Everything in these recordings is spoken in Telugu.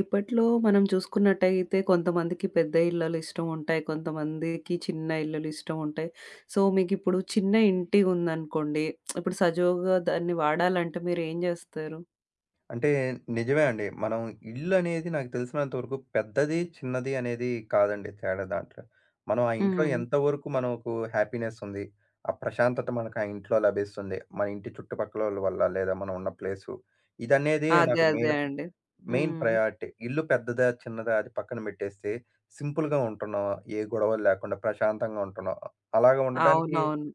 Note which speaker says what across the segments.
Speaker 1: ఇప్పట్లో మనం చూసుకున్నట్టయితే కొంతమందికి పెద్ద ఇళ్ళలు ఇష్టం ఉంటాయి. కొంతమందికి చిన్న ఇళ్ళలు ఇష్టం ఉంటాయి. సో, మీకిప్పుడు చిన్న ఇంటి ఉందనుకోండి. ఇప్పుడు సజావుగా దాన్ని వాడాలంటే మీరేం జేస్తారు?
Speaker 2: అంటే నిజమే అండి. మనం ఇల్లనేది నాకు తెలిసినంత వరకు పెద్దది, చిన్నది అనేది కాదండి తేడా దాంట్లో. మనం ఆ ఇంట్లో
Speaker 1: హ్మ్.
Speaker 2: ఎంతవరకు మనకు హ్యాపీనెస్ ఉంది, ఆ ప్రశాంతత మనకు ఆ ఇంట్లో లభిస్తుంది, మన ఇంటి చుట్టుపక్కలోళ్ళ వల్ల లేదా మనం ఉన్న ప్లేసు, ఇదనేది
Speaker 1: అదే.
Speaker 2: నాకు
Speaker 1: అదే
Speaker 2: మెయిన్,
Speaker 1: అండి.
Speaker 2: మెయిన్
Speaker 1: హ్మ్.
Speaker 2: ప్రయారిటీ. ఇల్లు పెద్దదా, చిన్నదా అది పక్కన పెట్టేస్తే సింపుల్‌గా ఉంటున్నాం. ఏ గొడవలు లేకుండా ప్రశాంతంగా ఉంటున్నాం. అలాగా ఉండటానికి
Speaker 1: అవునవును.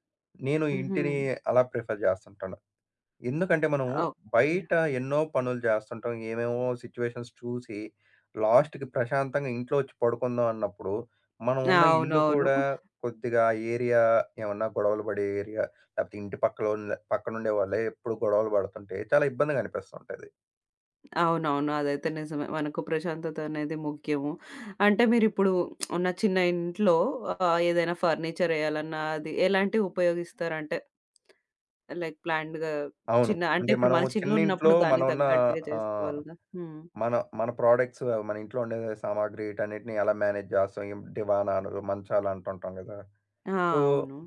Speaker 2: నేను
Speaker 1: హుహు.
Speaker 2: ఇంటిని అలా ప్రిఫర్ చేస్తుంటాను. ఎందుకంటే మనం
Speaker 1: ఓకే.
Speaker 2: బయట ఎన్నో పనులు చేస్తుంటాం. ఏమేమో సిట్యుయేషన్స్ చూసి, లాస్ట్‌కి ప్రశాంతంగా ఇంట్లో వచ్చి పడుకుందాం అన్నప్పుడు, మనం ఉన్న ఇల్లు
Speaker 1: అవునవును.
Speaker 2: కూడా కొద్దిగా ఆ ఏరియా ఏమన్నా గొడవలు పడే ఏరియా, లేకపోతే ఇంటి పక్కలోళ్ళ పక్కనుండే వాళ్ళే ఎప్పుడు గొడవలు పడుతుంటే చాలా ఇబ్బందిగా అనిపిస్తుంటది.
Speaker 1: అవునవును. అదైతే నిజమే. మనకు ప్రశాంతత అనేది ముఖ్యము. అంటే మీరిప్పుడు ఉన్న చిన్న ఇంట్లో ఏదైనా ఫర్నిచర్ ఎయాలన్నా అది ఎలాంటివి ఉపయోగిస్తారంటే? లైక్ ప్లాన్డ్‌గా
Speaker 2: అవును.
Speaker 1: చిన్న అంటే
Speaker 2: అంటే
Speaker 1: ఇప్పుడు
Speaker 2: మనం
Speaker 1: మన
Speaker 2: చిన్న ఇంట్లో
Speaker 1: చిన్నగున్నప్పుడు
Speaker 2: మనం
Speaker 1: దానికి
Speaker 2: ఉన్న
Speaker 1: తగ్గట్టుగా
Speaker 2: ఆహ్,
Speaker 1: చేసుకోవాలిగా. హ్మ్.
Speaker 2: మన మన ప్రొడక్ట్స్ మన ఇంట్లో ఉండే సామాగ్రి వీటన్నిటిని ఎలా మేనేజ్ చేస్తాం? ఏం దివానాలు, మంచాలు అంటుంటాం కదా!
Speaker 1: ఆ!
Speaker 2: సో
Speaker 1: అవును.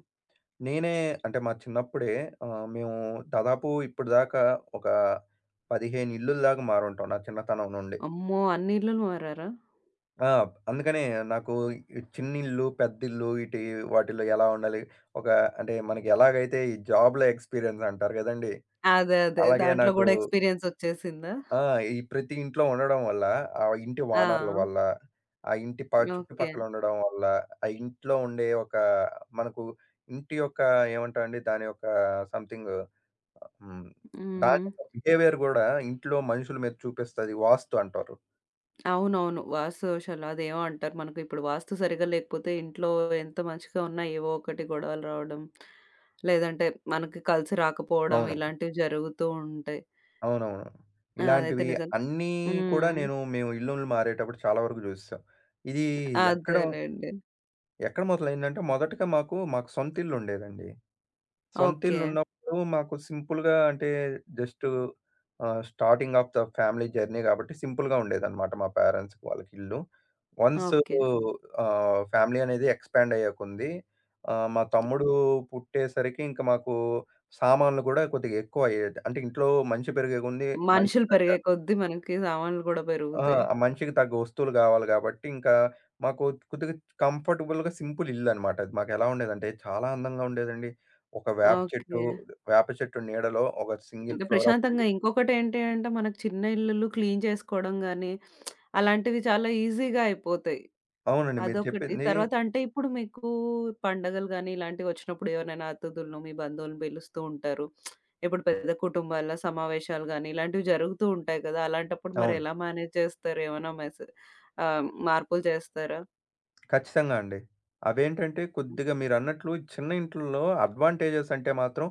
Speaker 2: నేనే అంటే మా చిన్నప్పుడే మేము దాదాపు ఇప్పటిదాకా ఒక 15 ఇల్లుల దాకా మారుంటాం. నా చిన్నతనం నుండి.
Speaker 1: అమ్మో! అన్ని ఇల్లులు మారారా?
Speaker 2: ఆ! అందుకనే నాకు ఈ చిన్నిల్లు, పెద్దిల్లు ఇటి వాటిల్లో ఎలా ఉండాలి? ఒక అంటే మనకి ఎలాగైతే ఈ జాబ్‌లో ఎక్స్‌పీరియన్స్ అంటారు గదండీ!
Speaker 1: అదే. అదే.
Speaker 2: అలాగే
Speaker 1: దాంట్లో
Speaker 2: నాకు
Speaker 1: గూడా ఎక్స్‌పీరియన్స్ ఒచ్చేసిందా?
Speaker 2: ఆ! ఈ ప్రతి ఇంట్లో ఉండడం వల్ల, ఆ ఇంటి
Speaker 1: ఆ!
Speaker 2: ఓనర్‌ల వల్ల, ఆ ఇంటి ప
Speaker 1: ఓకే.
Speaker 2: చుట్టుపక్కల ఉండడం వల్ల, ఆ ఇంట్లో ఉండే ఒక మనకు ఇంటి యొక్క ఏమంటారండి? దాని యొక్క సంథింగ్ హ్మ్. దాని
Speaker 1: హ్మ్.
Speaker 2: యొక్క బిహేవియర్ గూడా ఇంట్లో మనుషుల మీద చూపిస్తది. వాస్తు అంటారు.
Speaker 1: అవునవును. వాస్తు దోషాలు అదేమో అంటారు. మనకు ఇప్పుడు వాస్తు సరిగ్గా లేకపోతే ఇంట్లో ఎంత మంచిగా ఉన్నా ఏవో ఒకటి గొడవలు రావడం, లేదంటే మనకి కలిసి రాకపోవడం
Speaker 2: అవును.
Speaker 1: ఇలాంటివి జరుగుతూ ఉంటాయి.
Speaker 2: అవునవును.
Speaker 1: అదైతే
Speaker 2: ఇలాంటివి
Speaker 1: నిజం.
Speaker 2: అన్నీ కూడా
Speaker 1: హ్మ్.
Speaker 2: మేము ఇల్లులు మారేటప్పుడు చాలా వరకు జూసేసాం. ఇది ఎక్కడ,
Speaker 1: అదేలెండి.
Speaker 2: ఎక్కడ మొదలైందంటే మొదటగా మాకు సొంత ఇల్లు ఉండేదండి.
Speaker 1: ఓకే.
Speaker 2: సొంతిల్లున్నప్పుడు మాకు సింపుల్‌గా అంటే just starting of the family journey కాబట్టి సింపుల్‌గా ఉండేదనమాట మా పేరెంట్స్‌కి వాళ్ళకి ఇల్లు. Once
Speaker 1: okay.
Speaker 2: ఫ్యామిలీ అనేది ఎక్స్‌పాండ్ అయ్యే కొంది మా తమ్ముడు పుట్టేసరికి ఇంకా మాకు సామాన్లు గూడా కొద్దిగా ఎక్కువ అయ్యేది. అంటే ఇంట్లో మంచి పెరిగే కొంది మంచి
Speaker 1: మనుషులు
Speaker 2: తగ్గ
Speaker 1: పెరిగే కొద్దీ మనకి సామాన్లు గూడా
Speaker 2: ఆ!
Speaker 1: పెరుగుతాయి.
Speaker 2: ఆ మనిషికి తగ్గ వస్తువులు గావాలి గాబట్టి, ఇంకా మాకు కొద్దిగా కంఫర్టబుల్‌గా సింపుల్ ఇల్లనమాట అది. మాకెలా ఉండేదంటే, చాలా అందంగా ఉండేదండి. ఒక వేప
Speaker 1: ఓకే.
Speaker 2: చెట్టు, వేప చెట్టు నీడలో ఒక సింగిల్
Speaker 1: అంటే
Speaker 2: ఫ్లోర్ ఆఫ్
Speaker 1: ప్రశాంతంగా
Speaker 2: బిల్డింగ్.
Speaker 1: ఇంకొకటేంటి అంటే, మనకు చిన్న ఇల్లులు క్లీన్ చేసుకోవడం గానీ, అలాంటివి చాలా ఈజీగా అయిపోతాయి.
Speaker 2: అవునండి. మీరు
Speaker 1: అదొకటి.
Speaker 2: చెప్పింది
Speaker 1: తర్వాత అంటే ఇప్పుడు మీకు పండగలు గానీ, ఇలాంటివొచ్చినప్పుడు ఎవరినైనా అతిథులను, మీ బంధువులను పిలుస్తూ ఉంటారు. ఇప్పుడు పెద్ద కుటుంబాల సమావేశాలు గానీ, ఇలాంటివి జరుగుతూ ఉంటాయి కదా! అలాంటప్పుడు మరి
Speaker 2: అవును.
Speaker 1: ఎలా మేనేజ్ చేస్తారు? ఏమైనా మార్పులు చేస్తారా?
Speaker 2: ఖచ్చితంగా అండి. అవేంటంటే కొద్దిగా మీరన్నట్లు చిన్న ఇంట్లల్లో అడ్వాంటేజెస్ అంటే మాత్రం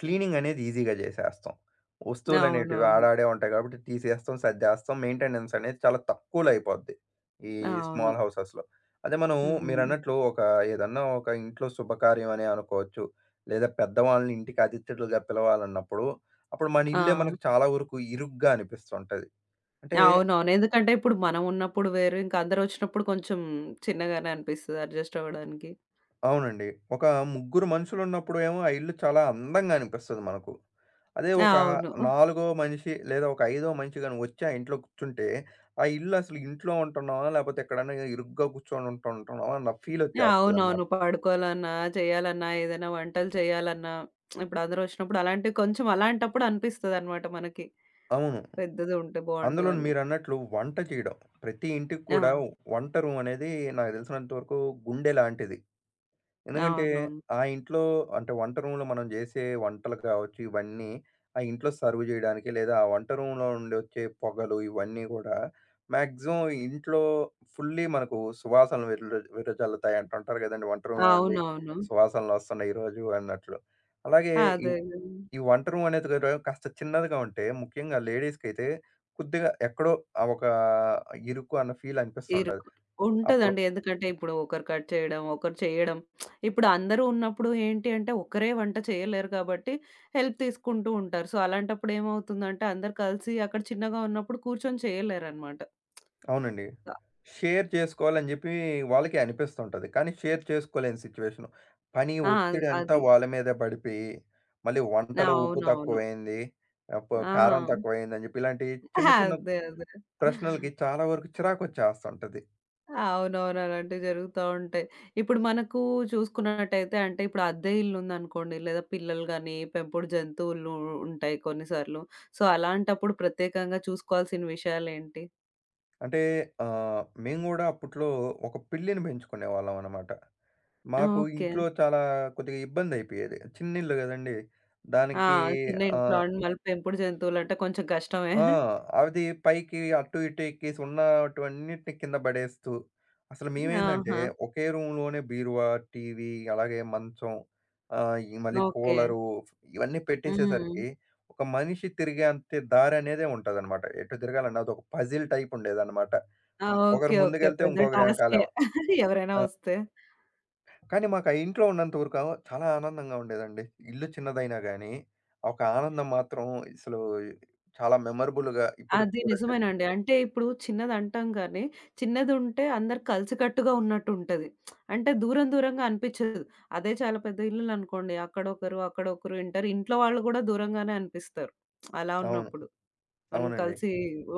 Speaker 2: క్లీనింగ్ అనేది ఈజీగా జేసేస్తాం. వస్తువులనేటివి
Speaker 1: అవునవును.
Speaker 2: ఆడాడే ఉంటాయి గాబట్టి తీసేస్తాం, సర్దేస్తాం. మెయింటెనెన్స్ అనేది చాలా తక్కువలో అయిపోద్ది. ఈ
Speaker 1: అవును.
Speaker 2: స్మాల్ హౌసెస్‌లో. అదే మనం
Speaker 1: హ్మ్.
Speaker 2: మీరన్నట్లు ఒక ఏదన్నా ఒక ఇంట్లో శుభకార్యం అనే అనుకోవచ్చు. లేదా పెద్దవాళ్ళని ఇంటికి అతిథులుగా పిలవాలన్నప్పుడు అప్పుడు మన ఇల్లే
Speaker 1: ఆ!
Speaker 2: మనకు చాలా వరకు ఇరుగ్గా అనిపిస్తుంటది. అంటే
Speaker 1: అవునవును. ఎందుకంటే ఇప్పుడు మనం ఉన్నప్పుడు వేరు, ఇంక అందరొచ్చినప్పుడు కొంచెం చిన్నగానే అనిపిస్తది అడ్జస్ట్ అవ్వడానికి.
Speaker 2: అవునండి. ఒక ముగ్గురు మనుషులున్నప్పుడు ఏమో ఆ ఇల్లు చాలా అందంగా అనిపిస్తది మనకు. అదే
Speaker 1: ఆ!
Speaker 2: ఒక
Speaker 1: అవును.
Speaker 2: నాలుగో మనిషి లేదా ఒక ఐదో మనిషి గాని వచ్చి ఆ ఇంట్లో కూర్చుంటే, ఆ ఇల్లు అసలు ఇంట్లో ఉంటున్నామా? లేపోతే ఎక్కడన్నా ఇరుగ్గా కూర్చొని ఉంటుంటున్నామా? అన్న
Speaker 1: అవునవును.
Speaker 2: ఫీలొచ్చేస్తదనమాట.
Speaker 1: పడుకోవాలన్నా, చేయాలన్నా, ఏదైనా వంటలు చేయాలన్నా, ఇప్పుడు అందరొచ్చినప్పుడు అలాంటి కొంచెం అలాంటప్పుడు అనిపిస్తదనమాట మనకి.
Speaker 2: అవును.
Speaker 1: పెద్దది ఉంటే బావుండు
Speaker 2: అందులోను
Speaker 1: అని.
Speaker 2: మీరన్నట్లు వంట చేయడం. ప్రతి ఇంటికి
Speaker 1: ఆ!
Speaker 2: కూడా వంట రూమనేది నాకు తెలిసినంత వరకు గుండె లాంటిది. ఎందుకంటే,
Speaker 1: అవునవును.
Speaker 2: ఆ ఇంట్లో అంటే వంట రూమ్‌లో మనం జేసే వంటలు కావచ్చు, ఇవన్నీ ఆ ఇంట్లో సర్వ్ జేయడానికి లేదా ఆ వంట రూమ్‌లో నుండి వచ్చే పొగలు ఇవన్నీ గూడా మాక్సిమం ఇంట్లో ఫుల్లీ మనకు సువాసనలు వెదజల్లుతాయి అంటుంటారు గదండీ. వంట రూమ్‌లో నుండి
Speaker 1: అవునవును.
Speaker 2: సువాసనలు వస్తున్నాయి ఈరోజు అన్నట్లు. అలాగే ఈ
Speaker 1: అదే గదా!
Speaker 2: ఈ వంట రూమ్ అనేది కూడా కాస్త చిన్నదిగా ఉంటే ముఖ్యంగా లేడీస్‌కైతే కొద్దిగా ఎక్కడో ఆ ఒక ఇరుకు అన్న ఫీల్ అనిపిస్తుంటది.
Speaker 1: ఇరుకు
Speaker 2: అప్పుడు
Speaker 1: ఉంటదండి. ఎందుకంటే ఇప్పుడు ఒకరు కట్ చేయడం, ఒకరు చేయడం. ఇప్పుడు అందరూ ఉన్నప్పుడు ఏంటి అంటే ఒకరే వంట చేయలేరు కాబట్టి హెల్ప్ తీసుకుంటూ ఉంటారు. సో, అలాంటప్పుడు ఏమవుతుందంటే అందరూ కలిసి అక్కడ చిన్నగా ఉన్నప్పుడు కూర్చొని చేయలేరనమాట.
Speaker 2: అవునండి. షేర్ చేసుకోవాలని జెప్పి వాళ్ళకే అనిపిస్తుంటది. కానీ షేర్ చేసుకోలేని సిట్యుయేషను. పని
Speaker 1: ఆ!
Speaker 2: ఒత్తిడంతా
Speaker 1: అది.
Speaker 2: వాళ్ళ మీదే పడిపోయి, మళ్ళీ వంటలో ఉప్పు
Speaker 1: అవునవును.
Speaker 2: తక్కువైంది, ప కారం
Speaker 1: ఆ!
Speaker 2: తక్కువైందని జెప్పి ఇలాంటి చిన్న చిన్న
Speaker 1: అదే. అదే.
Speaker 2: ప్రశ్నలకి చాలా వరకు చిరాకొచ్చేస్తుంటది.
Speaker 1: అవునవునలాంటివి జరుగుతా ఉంటాయి. ఇప్పుడు మనకు చూసుకున్నట్టయితే అంటే ఇప్పుడు అద్దె ఇల్లుందనుకోండి, లేదా పిల్లలు గాని, పెంపుడు జంతువులు ఉంటాయి కొన్నిసార్లు. సో, అలాంటప్పుడు ప్రత్యేకంగా చూసుకోవాల్సిన విషయాలేంటి?
Speaker 2: అంటే మేము గూడా అప్పట్లో ఒక పిల్లిని పెంచుకునేవాళ్ళం అనమాట. మాకు
Speaker 1: ఓకే.
Speaker 2: ఇంట్లో చాలా కొద్దిగా ఇబ్బందయిపోయేది. చిన్నిల్లు గదండీ!
Speaker 1: ఆ!
Speaker 2: దానికి
Speaker 1: చిన్న ఇంట్లో
Speaker 2: ఆహ్
Speaker 1: అండి మళ్ళీ పెంపుడు జంతువులంటే కొంచెం కష్టమే.
Speaker 2: ఆ! అది పైకి అటు ఇటు ఎక్కేసి ఉన్నటువన్నిటిని కింద పడేస్తూ, అసలు మేమేందంటే
Speaker 1: ఆహా!
Speaker 2: ఒకే రూమ్‌లోనే బీరువా, టీవీ అలాగే మంచం ఈ మళ్ళీ
Speaker 1: ఓకే.
Speaker 2: కూలరు ఇవన్నీ
Speaker 1: హ్మ్.
Speaker 2: పెట్టేసేసరికి ఒక మనిషి తిరిగేంత దారి అనేదే ఉంటదనమాట. ఎటు తిరగాలన్నా అదొక పజిల్ టైప్ ఉండేదనమాట.
Speaker 1: ఆ!
Speaker 2: హ్మ్. ఒకరు
Speaker 1: ఓకే. ఓకే.
Speaker 2: ముందుకెళ్తే
Speaker 1: పెద్ద
Speaker 2: ఇంకొకరు
Speaker 1: టాస్కే
Speaker 2: ఎనకాలే
Speaker 1: ఎవరైనా
Speaker 2: ఆ!
Speaker 1: వస్తే.
Speaker 2: కానీ మాకు ఆ ఇంట్లో ఉన్నంత వరకు చాలా ఆనందంగా ఉండేదండి. ఇల్లు చిన్నదైనా గానీ, ఒక ఆనందం మాత్రం అసలు చాలా మెమరబుల్‌గా ఇప్పటికి
Speaker 1: అది
Speaker 2: కూడా
Speaker 1: నిజమేనండి. అంటే ఇప్పుడు చిన్నదంటాం గానీ, చిన్నదుంటే అందరు కలిసికట్టుగా ఉన్నట్టుంటది. అంటే దూరం దూరంగా అనిపిచ్చదు. అదే చాలా పెద్ద ఇల్లులనుకోండి అక్కడొకరు, అక్కడొకరు ఇంటారు. ఇంట్లో వాళ్ళు గూడా దూరంగానే అనిపిస్తారు. అలా
Speaker 2: అవును.
Speaker 1: ఉన్నప్పుడు. మనం
Speaker 2: అవునండి.
Speaker 1: కలిసి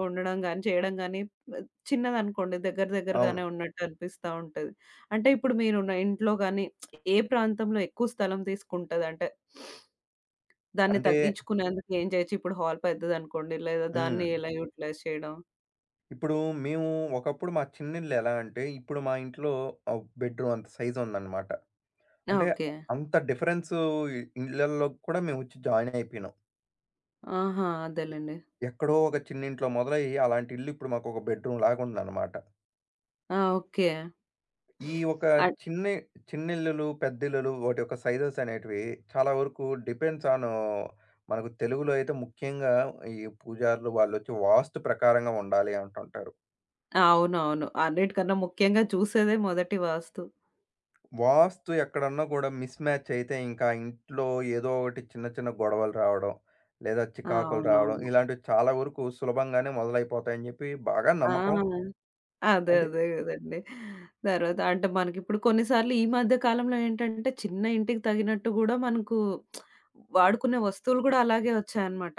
Speaker 1: ఉండడం గానీ, చేయడం గానీ చిన్నదనుకోండి దగ్గర
Speaker 2: అవును.
Speaker 1: దగ్గరగానే ఉన్నట్టు అనిపిస్తా ఉంటది. అంటే ఇప్పుడు మీరున్న ఇంట్లో గానీ, ఏ ప్రాంతంలో ఎక్కువ స్థలం తీసుకుంటది? అంటే దాన్ని
Speaker 2: అంటే
Speaker 1: తగ్గించుకునేందుకు ఏం జేయొచ్చు? ఇప్పుడు హాల్ పెద్దదనుకోండి లేదా దాన్ని
Speaker 2: హ్మ్.
Speaker 1: ఎలా యూటిలైజ్ చేయడం?
Speaker 2: ఇప్పుడు మేము ఒకప్పుడు మా చిన్నిల్లు ఎలా అంటే, ఇప్పుడు మా ఇంట్లో బెడ్‌రూమ్ అంత సైజ్ ఉందన్నమాట. అంటే
Speaker 1: ఓకే.
Speaker 2: అంత డిఫరెన్సు ఇళ్ళల్లో కూడా మేము వచ్చి జాయిన్ అయిపోయినాం.
Speaker 1: ఆహా!
Speaker 2: ఎ
Speaker 1: అదేలెండి.
Speaker 2: ఎక్కడో ఒక చిన్నింట్లో మొదలయ్యి, అలాంటి ఇల్లు ఇప్పుడు మాకు ఒక బెడ్‌రూమ్ లాగా ఉందన్నమాట.
Speaker 1: ఆ! ఓకే.
Speaker 2: ఈ ఒక
Speaker 1: అట్
Speaker 2: చిన్ని చిన్నిల్లులు, పెద్దిల్లులు వాటి యొక్క సైజెస్ అనేటివి చాలా వరకు డిపెండ్స్ ఆన్ మనకు తెలుగులో అయితే ముఖ్యంగా ఈ పూజారులు వాళ్ళొచ్చి వాస్తు ప్రకారంగా ఉండాలి అంటుంటారు.
Speaker 1: అవునవును. అన్నిటికన్నా ముఖ్యంగా చూసేదే మొదటి వాస్తు.
Speaker 2: వాస్తు ఎక్కడన్నా కూడా మిస్ మ్యాచ్ అయితే ఇంకా ఇంట్లో ఏదో ఒకటి చిన్న చిన్న గొడవలు రావడం, లేదా
Speaker 1: ఆ!
Speaker 2: చికాకులు రావడం
Speaker 1: అవునవును.
Speaker 2: ఇలాంటివి చాలా వరకు సులభంగానే మొదలైపోతాయని చెప్పి బాగా
Speaker 1: ఆ!
Speaker 2: నమ్మకం.
Speaker 1: అదే.
Speaker 2: అంటే
Speaker 1: అదే గదండీ. తర్వాత అంటే మనకిప్పుడు కొన్ని సార్లు ఈ మధ్య కాలంలో ఏంటంటే, చిన్న ఇంటికి తగినట్టు గూడా మనకు వాడుకునే వస్తువులు గూడా అలాగే ఒచ్చాయన్నమాట.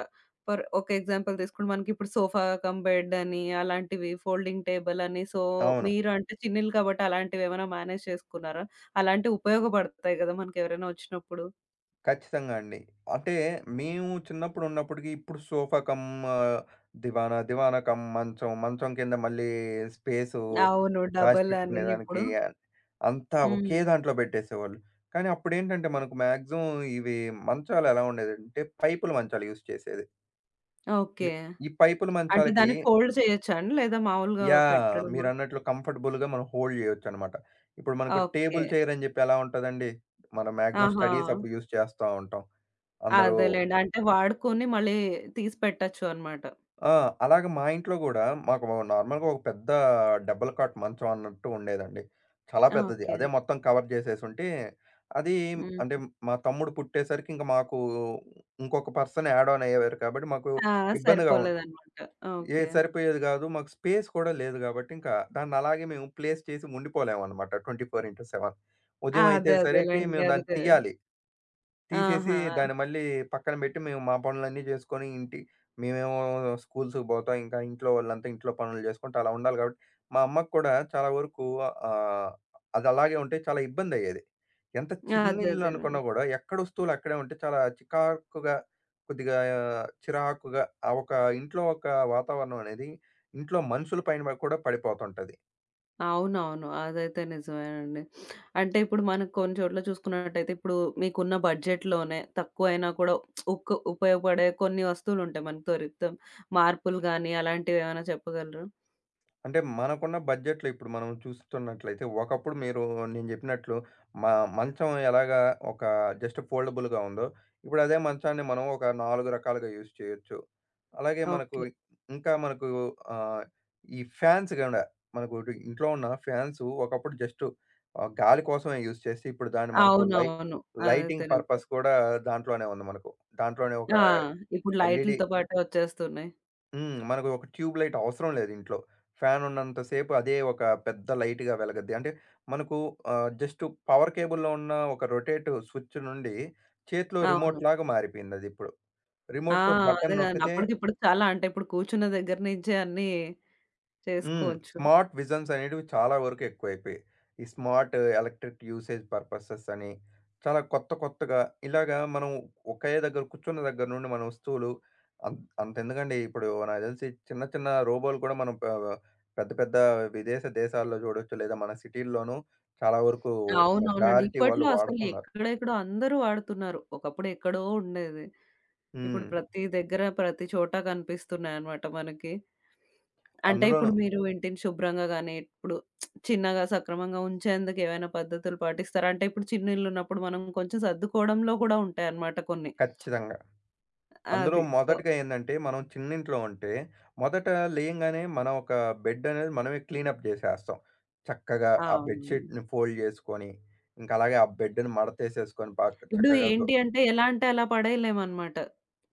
Speaker 1: ఫర్ ఒక ఎగ్జాంపుల్ తీసుకుంటే మనకిప్పుడు సోఫా కమ్ బెడ్ అని అలాంటివి, ఫోల్డింగ్ టేబుల్ అని. సో,
Speaker 2: అవును.
Speaker 1: మీరు అంటే చిన్నిల్లు కాబట్టి అలాంటివేమైనా మేనేజ్ చేసుకున్నారా? అలాంటివి ఉపయోగపడతాయి గదా! మనకెవరైనా ఒచ్చినప్పుడు.
Speaker 2: ఖచ్చితంగా అండి. అంటే మేము చిన్నప్పుడు ఉన్నప్పటికి ఇప్పుడు సోఫా కమ్ ఆ, దివానా, దివానా కమ్ మంచం, మంచం కింద మళ్ళీ స్పేసు
Speaker 1: అవును. డబల్ అని ఇప్పుడు.
Speaker 2: దాచిపెట్టుకునేదానికి అంతా ఒకే
Speaker 1: హ్మ్.
Speaker 2: దాంట్లో పెట్టేసేవాళ్ళు. కానీ అప్పుడేంటంటే మనకు మాక్సిమం ఇవి మంచాలు ఎలా ఉండేదంటే పైపుల మంచాలు యూజ్ చేసేది. మీ
Speaker 1: ఓకే.
Speaker 2: ఈ పైపుల
Speaker 1: అంటే
Speaker 2: మంచాలకి
Speaker 1: దాన్ని ఫోల్డ్ చేయొచ్చా అండి? లేదా మామూలుగా
Speaker 2: యాహ్!
Speaker 1: పెట్టడమా?
Speaker 2: మీరన్నట్లు కంఫర్టబుల్‌గా మనం హోల్డ్ చేయొచ్చనమాట. ఇప్పుడు మనకు
Speaker 1: ఓకే.
Speaker 2: టేబుల్ చైర్ అని చెప్పి ఎలా ఉంటదండి? మనం మాక్సిమం
Speaker 1: ఆహా!
Speaker 2: స్టడీస్ అప్పుడు యూజ్ చేస్తా ఉంటాం. అందరూ
Speaker 1: అదేలెండి. అంటే వాడుకొని మళ్ళీ తీసి పెట్టొచ్చు అన్నమాట.
Speaker 2: ఆ! అలాగే మా ఇంట్లో గూడా మాకు నార్మల్‌గా ఒక పెద్ద డబుల్ కాట్ మంచం అన్నట్టు ఉండేదండి. చాలా
Speaker 1: ఆ!
Speaker 2: పెద్దది.
Speaker 1: ఓకే.
Speaker 2: అదే మొత్తం కవర్ చేసేసుంటే అది
Speaker 1: హ్మ్.
Speaker 2: అంటే మా తమ్ముడు పుట్టేసరికి ఇంక మాకు ఇంకొక పర్సన్ యాడ్ ఆన్ అయ్యేవారు కాబట్టి మాకు
Speaker 1: ఆ!
Speaker 2: ఇబ్బందిగా ఉం
Speaker 1: సరిపోలేదన్నమాట. ఓకే.
Speaker 2: ఏది సరిపోయేది గాదు. మాకు స్పేస్ కూడా లేదు గాబట్టి, ఇంకా దాన్నలాగే మేము ప్లేస్ చేసి ఉండిపోలేమనమాట 24/7.
Speaker 1: ఆ!
Speaker 2: ఉదయం అయితే
Speaker 1: అదే
Speaker 2: సరికి
Speaker 1: అదేలెండి.
Speaker 2: మేము దాన్ని
Speaker 1: అదే.
Speaker 2: తీయాలి. తీసేసి
Speaker 1: ఆహా!
Speaker 2: దాన్ని మళ్ళీ పక్కన పెట్టి మేము మా పనులన్నీ చేసుకొని మేమేమో స్కూల్స్‌కి పోతాం. ఇంకా ఇంట్లో వాళ్ళంతా ఇంట్లో పనులు చేసుకుంటూ అలా ఉండాలి కాబట్టి, మా అమ్మకి కూడా చాలా వరకు ఆహ్, అది అలాగే ఉంటే చాలా ఇబ్బందయ్యేది. ఎంత చిన్న
Speaker 1: అదే
Speaker 2: ఇల్లు
Speaker 1: అదేలెండి.
Speaker 2: అనుకున్నా కూడా ఎక్కడ వస్తువులు అక్కడే ఉంటే చాలా చికాకుగా, కొద్దిగా చిరాకుగా ఆ ఒక ఇంట్లో ఒక వాతావరణం అనేది ఇంట్లో మనుషుల పైన కూడా పడిపోతుంటది.
Speaker 1: అవునవును. అదైతే నిజమేనండి. అంటే ఇప్పుడు మనకు కొన్ని చోట్ల చూసుకున్నట్టయితే ఇప్పుడు మీకున్న బడ్జెట్‌లోనే తక్కువైనా కూడా ఉపయోగపడే కొన్ని వస్తువులుంటాయి మనకు దొరుకుతాం. మార్పులు గాని అలాంటివేమైనా చెప్పగలరా?
Speaker 2: అంటే మనకున్న బడ్జెట్‌లో ఇప్పుడు మనం చూస్తున్నట్లయితే, ఒకప్పుడు మీరు నేను జెప్పినట్లు మ మంచం ఎలాగా ఒక జస్ట్ ఫోల్డబుల్‌గా ఉందో, ఇప్పుడు అదే మంచాన్ని మనం ఒక 4 రకాలుగా యూజ్ చేయొచ్చు. అలాగే మనకు
Speaker 1: ఓకే.
Speaker 2: ఇంకా మనకు ఆహ్, ఈ ఫ్యాన్స్ గూడా మనకు ఇటు ఇంట్లో ఉన్న ఫ్యాన్స్ ఒకప్పుడు జస్ట్ గాలి కోసమే యూజ్ చేసి, ఇప్పుడు దాన్ని మనకు
Speaker 1: అవునవును. అదైతే
Speaker 2: లైటింగ్
Speaker 1: నిజమే.
Speaker 2: పర్పస్ కూడా దాంట్లోనే ఉంది మనకు. దాంట్లోనే ఒక
Speaker 1: ఆ! ఇప్పుడు
Speaker 2: ఎల్‌ఈడీ
Speaker 1: లైట్‌లతో పాటు వచ్చేస్తున్నాయి.
Speaker 2: హ్మ్. మనకు ఒక ట్యూబ్ లైట్ అవసరం లేదు ఇంట్లో. ఫ్యాన్ ఉన్నంత సేపు అదే ఒక పెద్ద లైట్‌గా వెలగద్ది. అంటే మనకు జస్ట్ పవర్ కేబుల్‌లో ఉన్న ఒక రొటేట్ స్విచ్ నుండి చేతిలో
Speaker 1: అవును.
Speaker 2: రిమోట్‌లాగా మారిపోయిందదిప్పుడు.
Speaker 1: ఆ!
Speaker 2: రిమోట్‌తో
Speaker 1: అదే
Speaker 2: బటన్
Speaker 1: కదండీ.
Speaker 2: నొక్కితే
Speaker 1: అప్పటికిప్పటికి చాలా అంటే ఇప్పుడు కూర్చున్న దగ్గర నుంచే అన్నీ
Speaker 2: హ్మ్.
Speaker 1: చేసుకోవచ్చు.
Speaker 2: స్మార్ట్ విజన్స్ అనేటివి చాలా వరకు ఎక్కువైపోయాయి. ఈ స్మార్ట్ ఎలక్ట్రిక్ యూసేజ్ పర్పసెస్ అని, చాలా కొత్త కొత్తగా ఇలాగా మనం ఒకే దగ్గర కూర్చున్న దగ్గర నుండి మన వస్తువులు అంతెందుకండి ఇప్పుడు నాకు తెలిసి చిన్న చిన్న రోబోలు కూడా మనం ప పెద్ద పెద్ద విదేశ దేశాల్లో చూడొచ్చు. లేదా మన సిటీల్లోనూ చాలా వరకు
Speaker 1: అవునవునండి.
Speaker 2: మెజారిటీ వాళ్ళు
Speaker 1: ఇప్పట్లో అసలు
Speaker 2: వాడుతున్నారు.
Speaker 1: ఎక్కడెక్కడో అందరూ వాడుతున్నారు. ఒకప్పుడు ఎక్కడో ఉండేది. ఇప్పుడు
Speaker 2: హ్మ్.
Speaker 1: ప్రతి దగ్గర, ప్రతి చోట కనిపిస్తున్నాయన్నమాట మనకి. అంటే ఇప్పుడు
Speaker 2: అందులోనూ
Speaker 1: మీరు ఇంటిని శుభ్రంగా గాని, ఇప్పుడు చిన్నగా సక్రమంగా ఉంచేందుకు ఏవైనా పద్ధతులు పాటిస్తారా? అంటే ఇప్పుడు చిన్న ఇల్లున్నప్పుడు మనం కొంచెం సర్దుకోవడంలో కూడా ఉంటాయన్నమాట కొన్ని.
Speaker 2: ఖచ్చితంగా. అందులో
Speaker 1: అది. సో
Speaker 2: మొదటగా ఏందంటే, మనం చిన్నింట్లో ఉంటే, మొదట లేయంగానే మనం ఒక బెడ్ అనేది మనమే క్లీనప్ జేసేస్తాం. చక్కగా ఆ
Speaker 1: అవును.
Speaker 2: బెడ్‌షీట్‌ని ఫోల్డ్ జేసుకొని, ఇంకా అలాగే ఆ బెడ్‌ని మడతేసేసుకొని, బాగా
Speaker 1: ఇప్పుడు
Speaker 2: చక్కగా
Speaker 1: ఏంటి అంటే, ఎలా అంటే అలా పడేయలేమనమాట.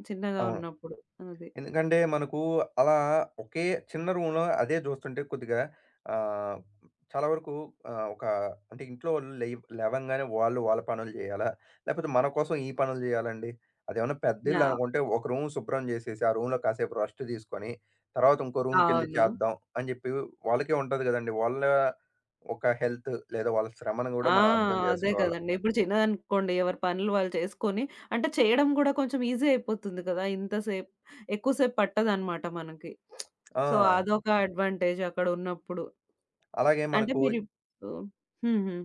Speaker 1: చిన్నగా
Speaker 2: అవును.
Speaker 1: ఉన్నప్పుడు. అది.
Speaker 2: ఎందుకంటే మనకు అలా ఒకే చిన్న రూమ్‌లో అదే చూస్తుంటే కొద్దిగా ఆహ్, చాలా వరకు ఒక అంటే ఇంట్లో వాళ్ళు లేవంగానే వాళ్ళు వాళ్ళ పనులు చేయాలా? లేకపోతే మన కోసం ఈ పనులు చేయాలండి? అదేమన్నా పెద్ద
Speaker 1: నా
Speaker 2: ఇల్లు అనుకుంటే ఒక రూమ్ శుభ్రం చేసేసి, ఆ రూమ్‌లో కాసేపు రెస్ట్ తీసుకొని, తర్వాత ఇంకో రూమ్‌కెళ్ళి
Speaker 1: అవును.
Speaker 2: చేద్దాం అని చెప్పి వాళ్ళకే ఉంటది కదండీ! వాళ్ళ ఒక హెల్త్ లేదా వాళ్ళ శ్రమను కూడా
Speaker 1: ఆ!
Speaker 2: మనం అర్థం
Speaker 1: అదే
Speaker 2: చేసుకోవాలి.
Speaker 1: కదండీ. ఇప్పుడు చిన్నదనుకోండి ఎవరి పనులు వాళ్ళు చేసుకొని అంటే చేయడం గూడా కొంచెం ఈజీ అయిపోతుంది కదా! ఇంతసేపు ఎక్కువ సేపు పట్టదనమాట మనకి. సో,
Speaker 2: ఆ!
Speaker 1: అదొక అడ్వాంటేజ్ అక్కడున్నప్పుడు.
Speaker 2: అలాగే
Speaker 1: అంటే
Speaker 2: మనకు
Speaker 1: మీరిప్పుడు హ్మ్. హ్మ్.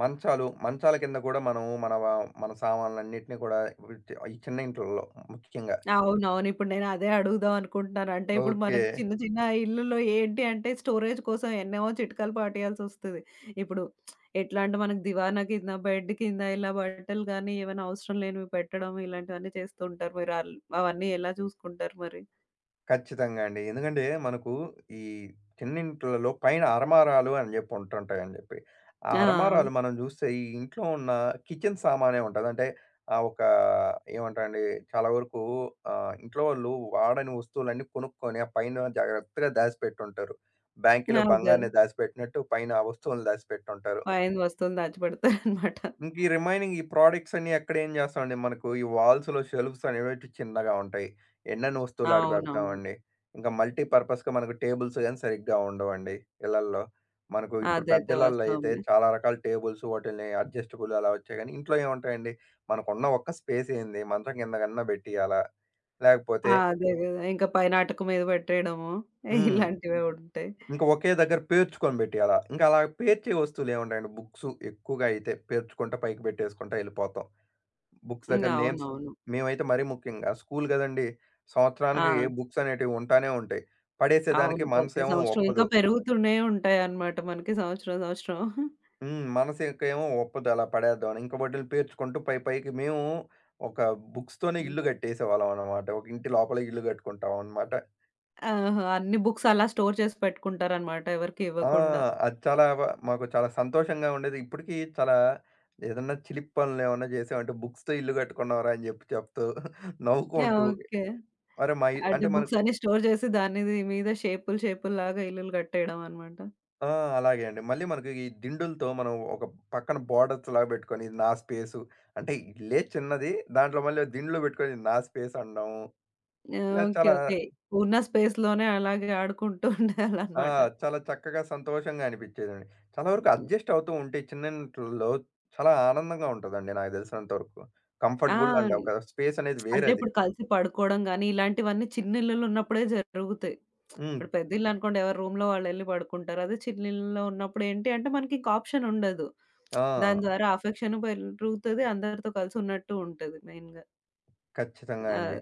Speaker 2: మంచాలు, మంచాల కింద కూడా మనం మన సామాన్లన్నిటిని కూడా విచ్ ఈ చిన్న ఇంట్లల్లో ముఖ్యంగా.
Speaker 1: అవునవును. ఇప్పుడు నేను అదే అడుగుదాం అనుకుంటున్నాను. అంటే ఇప్పుడు
Speaker 2: ఓకే.
Speaker 1: మనకు చిన్న చిన్న ఇల్లుల్లో ఏంటి అంటే స్టోరేజ్ కోసం ఎన్నేమో చిట్కాలు పాటియాల్సొస్తది. ఇప్పుడు ఎట్లా అంటే మనకు దివానా కింద, బెడ్ కింద ఇలా బట్టలు గానీ, ఏమైనా అవసరం లేనివి పెట్టడం ఇలాంటివన్నీ చేస్తూ ఉంటారు. మీరు ఆల్ అవన్నీ ఎలా చూసుకుంటారు మరి?
Speaker 2: ఖచ్చితంగా అండి. ఎందుకంటే మనకు ఈ చిన్నింట్లలో పైన అరమారాలు అని జెప్పి ఉంటుంటాయని జెప్పి. ఆ
Speaker 1: ఆ!
Speaker 2: అరమారాలు మనం జూస్తే ఈ ఇంట్లో ఉన్న కిచెన్ సామానే ఉంటది. అంటే ఒక ఏమంటారండి చాలా వరకు ఇంట్లో వాళ్ళు వాడని వస్తువులన్నీ కొనుక్కొని ఆ పైన జాగ్రత్తగా దాచిపెట్టుంటారు. బ్యాంకిలో
Speaker 1: అదే.
Speaker 2: బంగారాన్ని దాచిపెట్టినట్టు పైన ఆ వస్తువులను దాచిపెట్టుంటారు.
Speaker 1: పైన వస్తువులు దాచిపెడతారనమాట.
Speaker 2: ఇంక ఈ రిమైనింగ్ ఈ ప్రొడక్ట్స్ అన్నీ ఎక్కడేం చేస్తామండి. మనకు ఈ వాల్స్‌లో షెల్ఫ్స్ అనేవి ఇటు చిన్నగా ఉంటాయి. ఎన్నెన్ని వస్తువులు ఆడ
Speaker 1: అవునవును.
Speaker 2: పెడతామండి. ఇంకా మల్టీ పర్పస్‌గా మనకు టేబుల్స్ గాని సరిగ్గా ఉండవండి ఇళ్లల్లో. మనకు ఇప్పుడు పెద్ద
Speaker 1: అదైతే
Speaker 2: ఇళ్లల్లో అయితే
Speaker 1: వాస్తవమే.
Speaker 2: చాలా రకాల టేబుల్స్ వాటిల్ని అడ్జస్టబుల్ అలా వచ్చాయి గానీ, ఇంట్లో ఏముంటాయండి. మనకున్న ఒక్క స్పేస్ ఏంది? మంచం కిందకన్నా పెట్టియాలా?
Speaker 1: ఆ,
Speaker 2: లేకపోతే
Speaker 1: అదే గదా! ఇంకా పైన అటక మీద పెట్టేయడము
Speaker 2: హ్మ్.
Speaker 1: ఇలాంటివే ఉంటాయి.
Speaker 2: ఇంక ఒకే దగ్గర పేర్చుకొని పెట్టియాలా? ఇంకా అలా పేర్చే వస్తువులు ఏముంటాయండి. బుక్స్ ఎక్కువగా అయితే పేర్చుకుంటా పైకి పెట్టేసుకుంటా ఎళ్ళిపోతాం. బుక్స్
Speaker 1: హ్మ్.
Speaker 2: దగ్గర నేమ్స్
Speaker 1: అవునవును.
Speaker 2: మేమైతే మరీ ముఖ్యంగా స్కూల్ గదండీ! సంవత్సరానికి ఏ
Speaker 1: ఆ!
Speaker 2: బుక్స్ అనేటివి ఉంటానే ఉంటాయి. పడేసేదానికి
Speaker 1: అవును. ప్రతి
Speaker 2: మనసేమో
Speaker 1: సంవత్సరం ఇంకా
Speaker 2: ఒప్పదు.
Speaker 1: పెరుగుతూనే ఉంటాయన్నమాట మనకి సంవత్సరం, సంవత్సరం.
Speaker 2: హ్మ్. మనసుకేమో ఒప్పదు అలా పడేద్దామని. ఇంక వాటిల్ని పేర్చుకుంటూ పై పైకి మేము ఒక బుక్స్‌తోనే
Speaker 1: హ్మ్.
Speaker 2: ఇల్లు కట్టేసేవాళ్ళం అన్నమాట. ఒక ఇంటి లోపల ఇల్లు కట్టుకుంటాం అన్నమాట.
Speaker 1: ఆహా! అన్ని బుక్స్ అలా స్టోర్ చేసి పెట్టుకుంటారన్నమాట ఎవరికీ
Speaker 2: ఆ!
Speaker 1: ఇవ్వకుండా.
Speaker 2: అది చాలా వ మాకు చాలా సంతోషంగా ఉండేది. ఇప్పటికీ చాలా ఏదన్నా చిలిపి పనులేమన్నా జేసామంటే, "బుక్స్‌తో ఇల్లు కట్టుకున్నాంరా" అని జెప్పి చెప్తూ నవ్వుకుంటూ
Speaker 1: ఓకే.
Speaker 2: మరి మా ఇ
Speaker 1: అంటే
Speaker 2: అంటే మన
Speaker 1: బుక్స్ అన్ని స్టోర్ చేసి దాని మీద షేపులు, షేపుల్లాగా ఇల్లులు కట్టేయడం అన్నమాట.
Speaker 2: ఆ! అలాగే అండి. మళ్ళీ మనకి ఈ దిండులతో మనం ఒక పక్కన బోర్డర్స్‌లాగా పెట్టుకొని ఇది నా స్పేసు. అంటే ఇల్లే చిన్నది. దాంట్లో మళ్ళీ దిండులు పెట్టుకొని ఇది నా స్పేస్ అనడం. ఇలా
Speaker 1: ఓకే.
Speaker 2: చాలా
Speaker 1: ఓకే. ఉన్న స్పేస్‌లోనే అలాగే ఆడుకుంటూ
Speaker 2: ఆ!
Speaker 1: ఉండాలన్నమాట.
Speaker 2: చాలా చక్కగా సంతోషంగా అనిపించేదండి. చాలా వరకు అడ్జస్ట్ అవుతూ ఉంటే చిన్నింట్లలో చాలా ఆనందంగా ఉంటదండి నాకు తెలిసినంత వరకు.
Speaker 1: ఆ!
Speaker 2: కంఫర్టబుల్ అండ్ ఒక స్పేస్ అనేది
Speaker 1: అంటే
Speaker 2: వేరది.
Speaker 1: ఇప్పుడు కలిసి పడుకోవడం గాని, ఇలాంటివన్నీ చిన్న ఇల్లులు ఉన్నప్పుడే జరుగుతాయి.
Speaker 2: హ్మ్.
Speaker 1: ఇప్పుడు పెద్ద ఇల్లు అనుకోండి ఎవరి రూమ్‌లో వాళ్ళెళ్లి పడుకుంటారు. అదే చిన్న ఇల్లులో ఉన్నప్పుడు ఏంటి అంటే మనకి ఇంక ఆప్షన్ ఉండదు.
Speaker 2: ఆ!
Speaker 1: దాని ద్వారా అఫెక్షన్ పెరుగుతది. అందరితో కలిసి ఉన్నట్టు ఉంటది మెయిన్‌గా.
Speaker 2: ఖచ్చితంగా అండి.
Speaker 1: ఆహ్,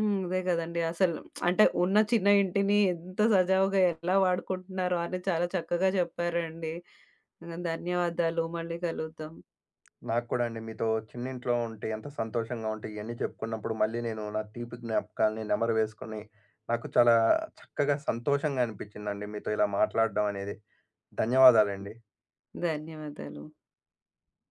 Speaker 1: హ్మ్. అదే కదండీ. అసలు అంటే ఉన్న చిన్న ఇంటిని ఎంత సజావుగా ఎలా వాడుకుంటున్నారో అని చాలా చక్కగా చెప్పారండి. ధన్యవాదాలు. మళ్ళీ కలుద్దాం.
Speaker 2: నాకు కూడా అండి. మీతో చిన్నింట్లో ఉంటే ఎంత సంతోషంగా ఉంటే ఇయన్నీ చెప్పుకున్నప్పుడు మళ్ళీ నేను నా తీపి జ్ఞాపకాల్ని నెమరు వేసుకొని, నాకు చాలా చక్కగా సంతోషంగా అనిపిచ్చిందండి మీతో ఇలా మాట్లాడడం అనేది. ధన్యవాదాలండి.
Speaker 1: ధన్యవాదాలు.